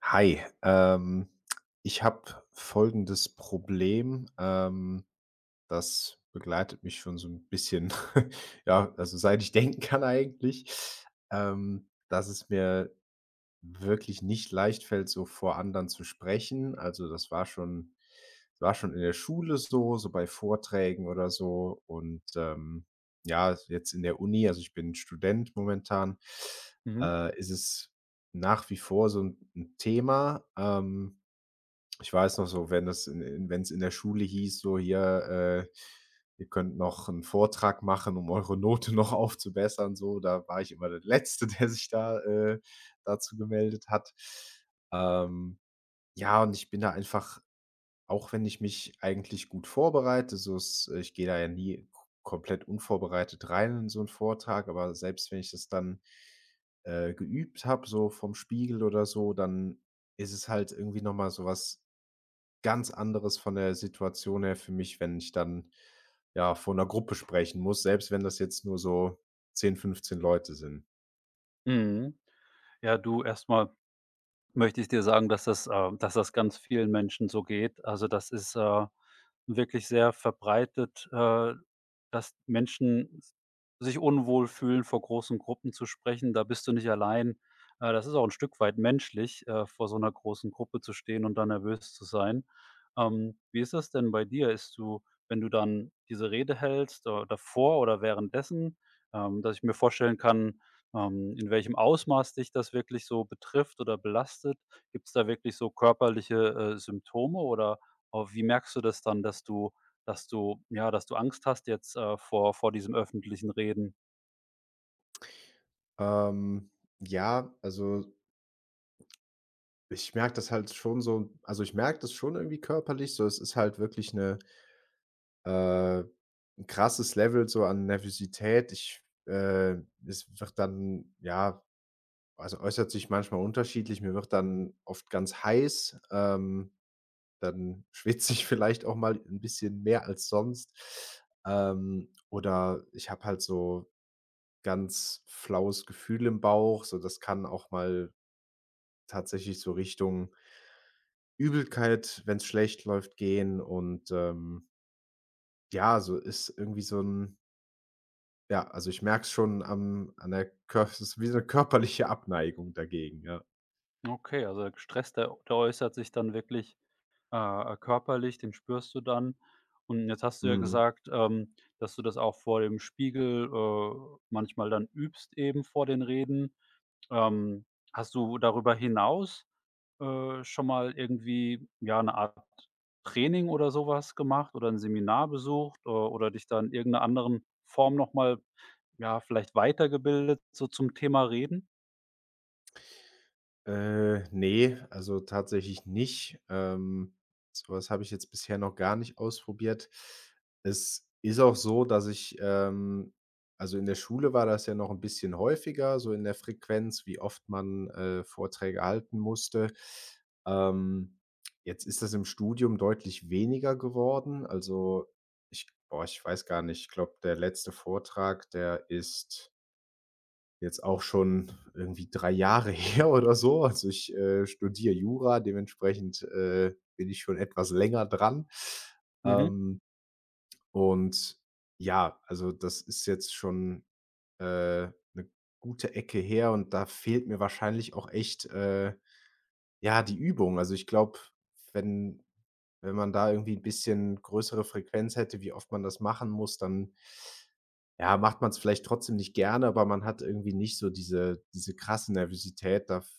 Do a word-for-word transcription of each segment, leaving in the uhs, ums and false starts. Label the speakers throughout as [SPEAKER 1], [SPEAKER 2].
[SPEAKER 1] Hi, ähm, ich habe folgendes Problem, ähm, das begleitet mich schon so ein bisschen, ja, also seit ich denken kann eigentlich, ähm, dass es mir wirklich nicht leicht fällt, so vor anderen zu sprechen. Also, das war schon war schon in der Schule so, so bei Vorträgen oder so und, ähm, ja, jetzt in der Uni, also ich bin Student momentan,
[SPEAKER 2] Mhm,
[SPEAKER 1] äh, ist es nach wie vor so ein 'n Thema. Ähm ich weiß noch so, wenn es in in wenn's in der Schule hieß, so: „Hier, äh, ihr könnt noch einen Vortrag machen, um eure Note noch aufzubessern", so. Da war ich immer der Letzte, der sich da, äh dazu gemeldet hat. Ähm, ja, und ich bin da einfach, auch wenn ich mich eigentlich gut vorbereite, so ist ich gehe da ja nie k komplett unvorbereitet rein in so einen Vortrag, aber selbst wenn ich das dann, äh, geübt habe, so vom Spiegel oder so, dann ist es halt irgendwie noch mal so ganz anderes von der Situation her für mich, wenn ich dann, ja, vor einer Gruppe sprechen muss, selbst wenn das jetzt nur so zehn, fünfzehn Leute sind.
[SPEAKER 2] mhm. Ja, du, erstmal möchte ich dir sagen, dass das äh, dass das ganz vielen Menschen so geht. Also, das ist, äh, wirklich sehr verbreitet, äh, dass Menschen s sich unwohl fühlen, vor großen Gruppen zu sprechen. Da bist du nicht allein. Äh, das ist auch ein Stück weit menschlich, äh, vor so einer großen Gruppe zu stehen und da nervös zu sein. Ähm, wie ist das denn bei dir? Ist du Wenn du dann diese Rede hältst, äh, davor oder währenddessen, ähm, dass ich mir vorstellen kann. Ähm, in welchem Ausmaß dich das wirklich so betrifft oder belastet? Gibt es da wirklich so körperliche, äh, Symptome oder au wie merkst du das dann, dass du dass du ja, dass du Angst hast jetzt, äh, vor vor diesem öffentlichen Reden?
[SPEAKER 1] Ähm, ja, also, ich merke das halt schon so, also ich merke das schon irgendwie körperlich so. Es ist halt wirklich eine äh, 'n krasses Level so an Nervosität. Ich äh, Es wird dann, ja, also, äußert sich manchmal unterschiedlich. Mir wird dann oft ganz heiß. ähm Dann schwitze ich vielleicht auch mal ein bisschen mehr als sonst. Ähm, oder ich habe halt so ganz flaues Gefühl im Bauch, so das kann auch mal tatsächlich so Richtung Übelkeit, wenn es schlecht läuft, gehen und, ähm, ja, so ist irgendwie so ein, ja, also ich merke es schon am an der Kör es ist wie so 'ne körperliche Abneigung dagegen, ja.
[SPEAKER 2] Okay, also, Stress, der der äußert sich dann wirklich. Äh, äh, körperlich, den spürst du dann. Und jetzt hast du ja
[SPEAKER 1] Mhm.
[SPEAKER 2] gesagt, ähm, dass du das auch vor dem Spiegel, äh, manchmal dann übst eben vor den Reden. Ähm, Hast du darüber hinaus, äh, schon mal irgendwie, ja, eine Art Training oder sowas gemacht oder ein Seminar besucht, äh, oder dich da in irgendeiner anderen Form noch mal, ja, vielleicht weitergebildet so zum Thema Reden?
[SPEAKER 1] Äh, ne, also tatsächlich nicht. Ähm, so was habe ich jetzt bisher noch gar nicht ausprobiert. Es ist auch so, dass ich, ähm, also in der Schule war das ja noch ein bisschen häufiger, so in der Frequenz, wie oft man, äh, Vorträge halten musste. Ähm, Jetzt ist das im Studium deutlich weniger geworden. Also, ich, boah, ich weiß gar nicht, ich glaube, der letzte Vortrag, der ist jetzt auch schon irgendwie drei Jahre her oder so. Also, ich, äh, studiere Jura, dementsprechend, äh, bin ich schon etwas länger dran.
[SPEAKER 2] Mhm.
[SPEAKER 1] Ähm, und ja, also, das ist jetzt schon, äh, 'ne gute Ecke her, und da fehlt mir wahrscheinlich auch echt, äh, ja, die Übung. Also, ich glaube, wenn wenn man da irgendwie ein bisschen größere Frequenz hätte, wie oft man das machen muss, dann, ja, macht man es vielleicht trotzdem nicht gerne, aber man hat irgendwie nicht so diese diese krasse Nervosität. Da f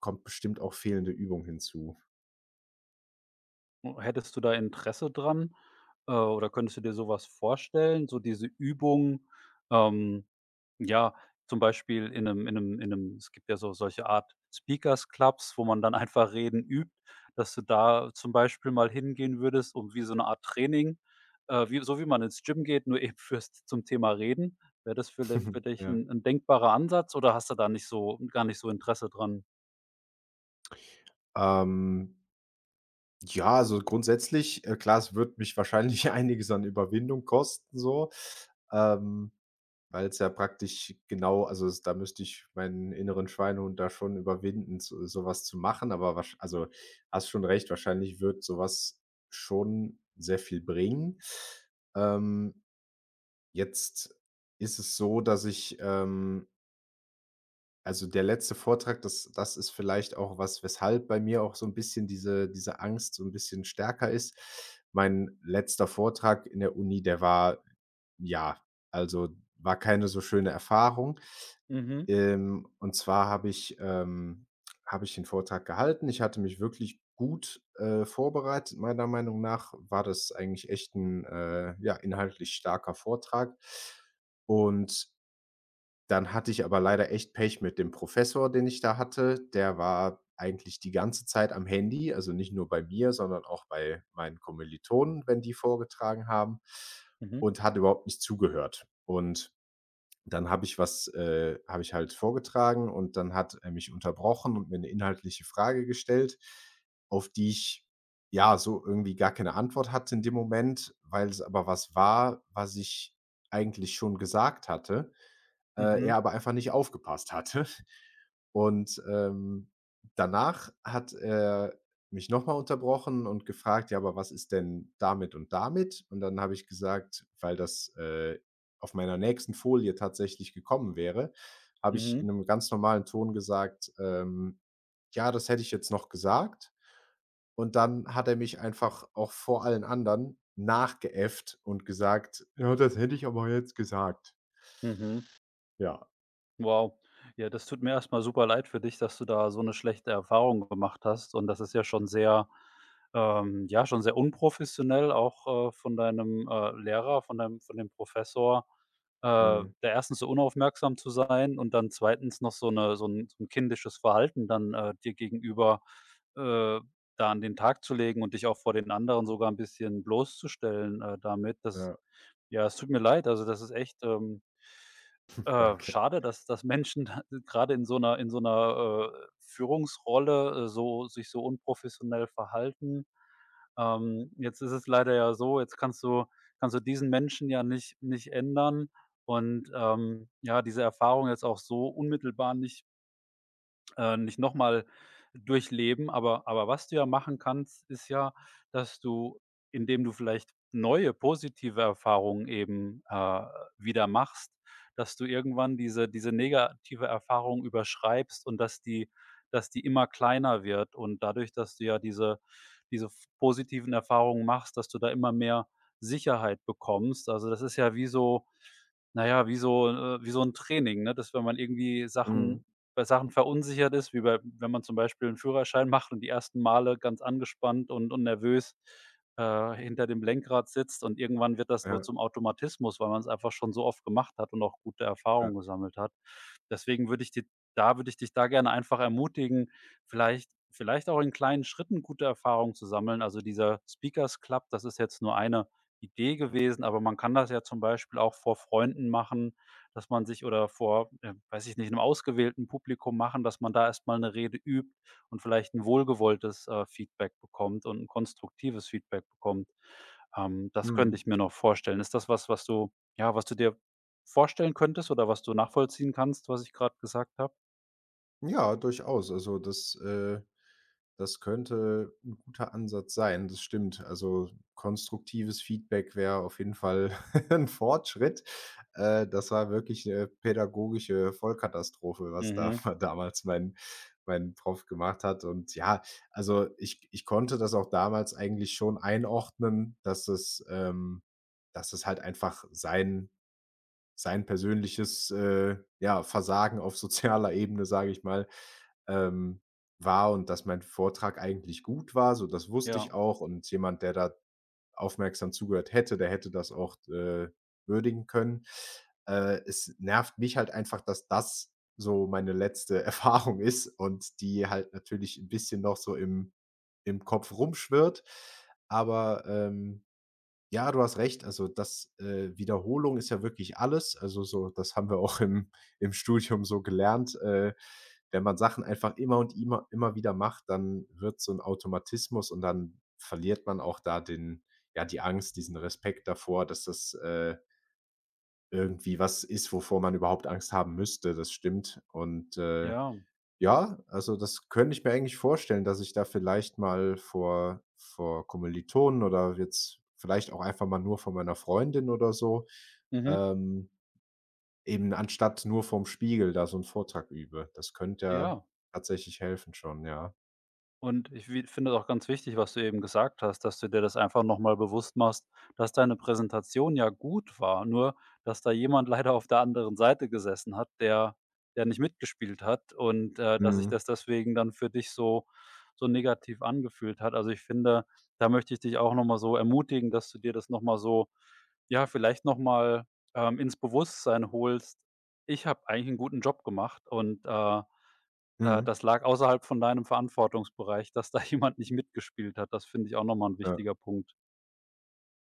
[SPEAKER 1] kommt bestimmt auch fehlende Übung hinzu.
[SPEAKER 2] Hättest du da Interesse dran, äh, oder könntest du dir sowas vorstellen, so diese Übung, ähm, ja, zum Beispiel in einem, in einem, in 'nem, es gibt ja so solche Art Speakers Clubs, wo man dann einfach reden übt, dass du da zum Beispiel mal hingehen würdest und wie so eine Art Training, äh, wie so wie man ins Gym geht, nur eben fürs zum Thema Reden. Wäre das für di für dich
[SPEAKER 1] Ja.
[SPEAKER 2] ein 'n denkbarer Ansatz oder hast du da nicht so gar nicht so Interesse dran?
[SPEAKER 1] Ähm, ja, also, grundsätzlich, äh, klar, es wird mich wahrscheinlich einiges an Überwindung kosten so. Ähm Weil es ja praktisch genau, also, es da müsste ich meinen inneren Schweinehund da schon überwinden, so so was zu machen, aber wahrsch also, hast schon recht, wahrscheinlich wird so was schon sehr viel bringen. Ähm, Jetzt ist es so, dass ich, ähm also, der letzte Vortrag, das das ist vielleicht auch was, weshalb bei mir auch so ein bisschen diese diese Angst so ein bisschen stärker ist. Mein letzter Vortrag in der Uni, der war, ja, also, war keine so schöne Erfahrung.
[SPEAKER 2] Mhm.
[SPEAKER 1] Ähm, und zwar habe ich ähm, habe ich den Vortrag gehalten. Ich hatte mich wirklich gut, äh, vorbereitet. Meiner Meinung nach war das eigentlich echt ein, äh, ja, inhaltlich starker Vortrag. Und dann hatte ich aber leider echt Pech mit dem Professor, den ich da hatte. Der war eigentlich die ganze Zeit am Handy, also nicht nur bei mir, sondern auch bei meinen Kommilitonen, wenn die vorgetragen haben,
[SPEAKER 2] Mhm.
[SPEAKER 1] und hat überhaupt nicht zugehört. Und dann habe ich was äh, habe ich halt vorgetragen, und dann hat er mich unterbrochen und mir eine inhaltliche Frage gestellt, auf die ich, ja, so irgendwie gar keine Antwort hatte in dem Moment, weil es aber was war, was ich eigentlich schon gesagt hatte. Äh,
[SPEAKER 2] Mhm.
[SPEAKER 1] er aber einfach nicht aufgepasst hatte. Und, ähm, danach hat er mich noch mal unterbrochen und gefragt: „Ja, aber was ist denn damit und damit?" Und dann habe ich gesagt, weil das, äh, auf meiner nächsten Folie tatsächlich gekommen wäre, habe ich
[SPEAKER 2] Mhm.
[SPEAKER 1] in einem ganz normalen Ton gesagt, ähm: „Ja, das hätte ich jetzt noch gesagt." Und dann hat er mich einfach auch vor allen anderen nachgeäfft und gesagt: „Ja, das hätte ich aber jetzt gesagt."
[SPEAKER 2] Mhm.
[SPEAKER 1] Ja,
[SPEAKER 2] Wow. Ja, das tut mir erstmal super leid für dich, dass du da so eine schlechte Erfahrung gemacht hast. Und das ist ja schon sehr ähm, ja, schon sehr unprofessionell auch, äh, von deinem, äh, Lehrer, von deinem von dem Professor, äh, da
[SPEAKER 1] mhm,
[SPEAKER 2] erstens so unaufmerksam zu sein und dann zweitens noch so eine so ein so 'n kindisches Verhalten dann, äh, dir gegenüber, äh, da an den Tag zu legen und dich auch vor den anderen sogar ein bisschen bloßzustellen, äh, damit. Das
[SPEAKER 1] ja.
[SPEAKER 2] ja, es tut mir leid. Also, das ist echt, ähm äh,
[SPEAKER 1] Danke.
[SPEAKER 2] schade, dass dass Menschen da grade in so einer in so einer äh, Führungsrolle, äh, so sich so unprofessionell verhalten. Ähm, jetzt ist es leider ja so, jetzt kannst du kannst du diesen Menschen ja nicht nicht ändern und, ähm, ja, diese Erfahrung jetzt auch so unmittelbar nicht äh, nicht noch mal durchleben, aber aber was du ja machen kannst, ist ja, dass du, indem du vielleicht neue positive Erfahrungen eben, äh, wieder machst, dass du irgendwann diese diese negative Erfahrung überschreibst und dass die dass die immer kleiner wird und dadurch, dass du ja diese diese f positiven Erfahrungen machst, dass du da immer mehr Sicherheit bekommst. Also, das ist ja wie so naja wie so, äh wie so ein Training, ne, dass wenn man irgendwie
[SPEAKER 1] Mhm.
[SPEAKER 2] Sachen bei Sachen verunsichert ist, wie bei wenn man zum Beispiel einen Führerschein macht und die ersten Male ganz angespannt und und nervös, äh, hinter dem Lenkrad sitzt und irgendwann wird das so
[SPEAKER 1] Ja,
[SPEAKER 2] zum Automatismus, weil man es einfach schon so oft gemacht hat und auch gute
[SPEAKER 1] ja.
[SPEAKER 2] Erfahrungen gesammelt hat. Deswegen würde ich dir da würde ich dich da gerne einfach ermutigen, vielleicht vielleicht auch in kleinen Schritten gute Erfahrungen zu sammeln. Also, dieser Speakers Club, das ist jetzt nur eine Idee gewesen, aber man kann das ja zum Beispiel auch vor Freunden machen, dass man sich oder vor, äh, weiß ich nicht, einem ausgewählten Publikum machen, dass man da erst mal 'ne Rede übt und vielleicht ein wohlgewolltes, äh, Feedback bekommt und ein konstruktives Feedback bekommt. Ähm, das könnte
[SPEAKER 1] Mhm.
[SPEAKER 2] ich mir noch vorstellen. Ist das was, was du ja, was du dir vorstellen könntest oder was du nachvollziehen kannst, was ich gerade gesagt habe?
[SPEAKER 1] Ja, durchaus. Also, das, äh das könnte ein guter Ansatz sein, das stimmt. Also, konstruktives Feedback wäre auf jeden Fall ein Fortschritt. Äh, das war wirklich eine pädagogische Vollkatastrophe, was da
[SPEAKER 2] Mhm.
[SPEAKER 1] damals mein mein Prof gemacht hat. Und ja, also, ich ich konnte das auch damals eigentlich schon einordnen, dass es ähm, dass es halt einfach sein sein persönliches, äh, ja, Versagen auf sozialer Ebene, sage ich mal, ähm, war, und dass mein Vortrag eigentlich gut war, so, das wusste
[SPEAKER 2] Ja,
[SPEAKER 1] ich auch, und jemand, der da aufmerksam zugehört hätte, der hätte das auch, äh, würdigen können. Äh, es nervt mich halt einfach, dass das so meine letzte Erfahrung ist und die halt natürlich ein bisschen noch so im im Kopf rumschwirrt, aber, ähm ja, du hast recht. Also, das äh, Wiederholung ist ja wirklich alles. Also, so das haben wir auch im im Studium so gelernt. Äh, wenn man Sachen einfach immer und immer immer wieder macht, dann wird so ein Automatismus, und dann verliert man auch da den, ja, die Angst, diesen Respekt davor, dass das, äh, irgendwie was ist, wovor man überhaupt Angst haben müsste. Das stimmt, und, äh
[SPEAKER 2] ja.
[SPEAKER 1] ja, also das könnte ich mir eigentlich vorstellen, dass ich da vielleicht mal vor vor Kommilitonen oder jetzt vielleicht auch einfach mal nur vor meiner Freundin oder so,
[SPEAKER 2] Mhm.
[SPEAKER 1] ähm, eben anstatt nur vorm Spiegel da so 'n Vortrag übe. Das könnte ja
[SPEAKER 2] Ja.
[SPEAKER 1] tatsächlich helfen schon, ja.
[SPEAKER 2] Und ich wi finde es auch ganz wichtig, was du eben gesagt hast, dass du dir das einfach noch mal bewusst machst, dass deine Präsentation ja gut war, nur dass da jemand leider auf der anderen Seite gesessen hat, der der nicht mitgespielt hat und, äh, dass sich
[SPEAKER 1] Mhm,
[SPEAKER 2] das deswegen dann für dich so so negativ angefühlt hat. Also, ich finde, da möchte ich dich auch noch mal so ermutigen, dass du dir das noch mal so ja, vielleicht noch mal, ähm, ins Bewusstsein holst: „Ich habe eigentlich einen guten Job gemacht und, äh“ äh,
[SPEAKER 1] mhm.
[SPEAKER 2] das lag außerhalb von deinem Verantwortungsbereich, dass da jemand nicht mitgespielt hat. Das finde ich auch nochmal ein
[SPEAKER 1] Ja,
[SPEAKER 2] wichtiger Punkt.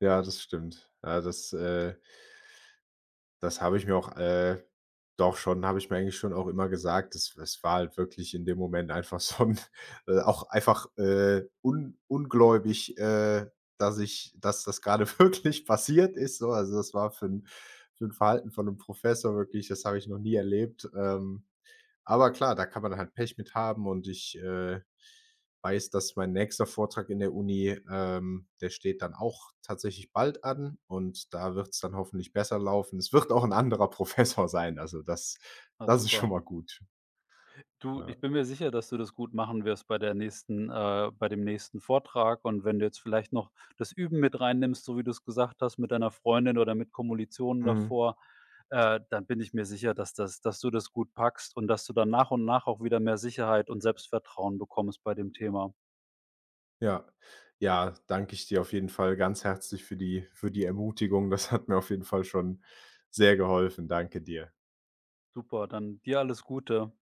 [SPEAKER 1] ja, das stimmt. Ja, das, äh das habe ich mir auch, äh, doch schon habe ich mir eigentlich schon auch immer gesagt. Das das war halt wirklich in dem Moment einfach so 'n, äh, auch einfach, äh, un ungläubig, äh, dass ich dass das gerade wirklich passiert ist, so. Also, das war für ein für 'n Verhalten von einem Professor, wirklich, das habe ich noch nie erlebt. Ähm aber klar, da kann man halt Pech mit haben, und ich, äh, weiß, dass mein nächster Vortrag in der Uni, ähm, der steht dann auch tatsächlich bald an, und da wird es dann hoffentlich besser laufen. Es wird auch ein anderer Professor sein, also das
[SPEAKER 2] Ah,
[SPEAKER 1] das ist schon
[SPEAKER 2] super.
[SPEAKER 1] mal gut.
[SPEAKER 2] Du,
[SPEAKER 1] Ja.
[SPEAKER 2] ich bin mir sicher, dass du das gut machen wirst bei der nächsten äh, bei dem nächsten Vortrag. Und wenn du jetzt vielleicht noch das Üben mit reinnimmst, so wie du es gesagt hast, mit deiner Freundin oder mit Kommilitonen
[SPEAKER 1] Mhm.
[SPEAKER 2] davor, äh, dann bin ich mir sicher, dass das dass du das gut packst und dass du dann nach und nach auch wieder mehr Sicherheit und Selbstvertrauen bekommst bei dem Thema.
[SPEAKER 1] Ja. Ja, danke ich dir auf jeden Fall ganz herzlich für die für die Ermutigung. Das hat mir auf jeden Fall schon sehr geholfen. Danke dir.
[SPEAKER 2] Super, dann dir alles Gute.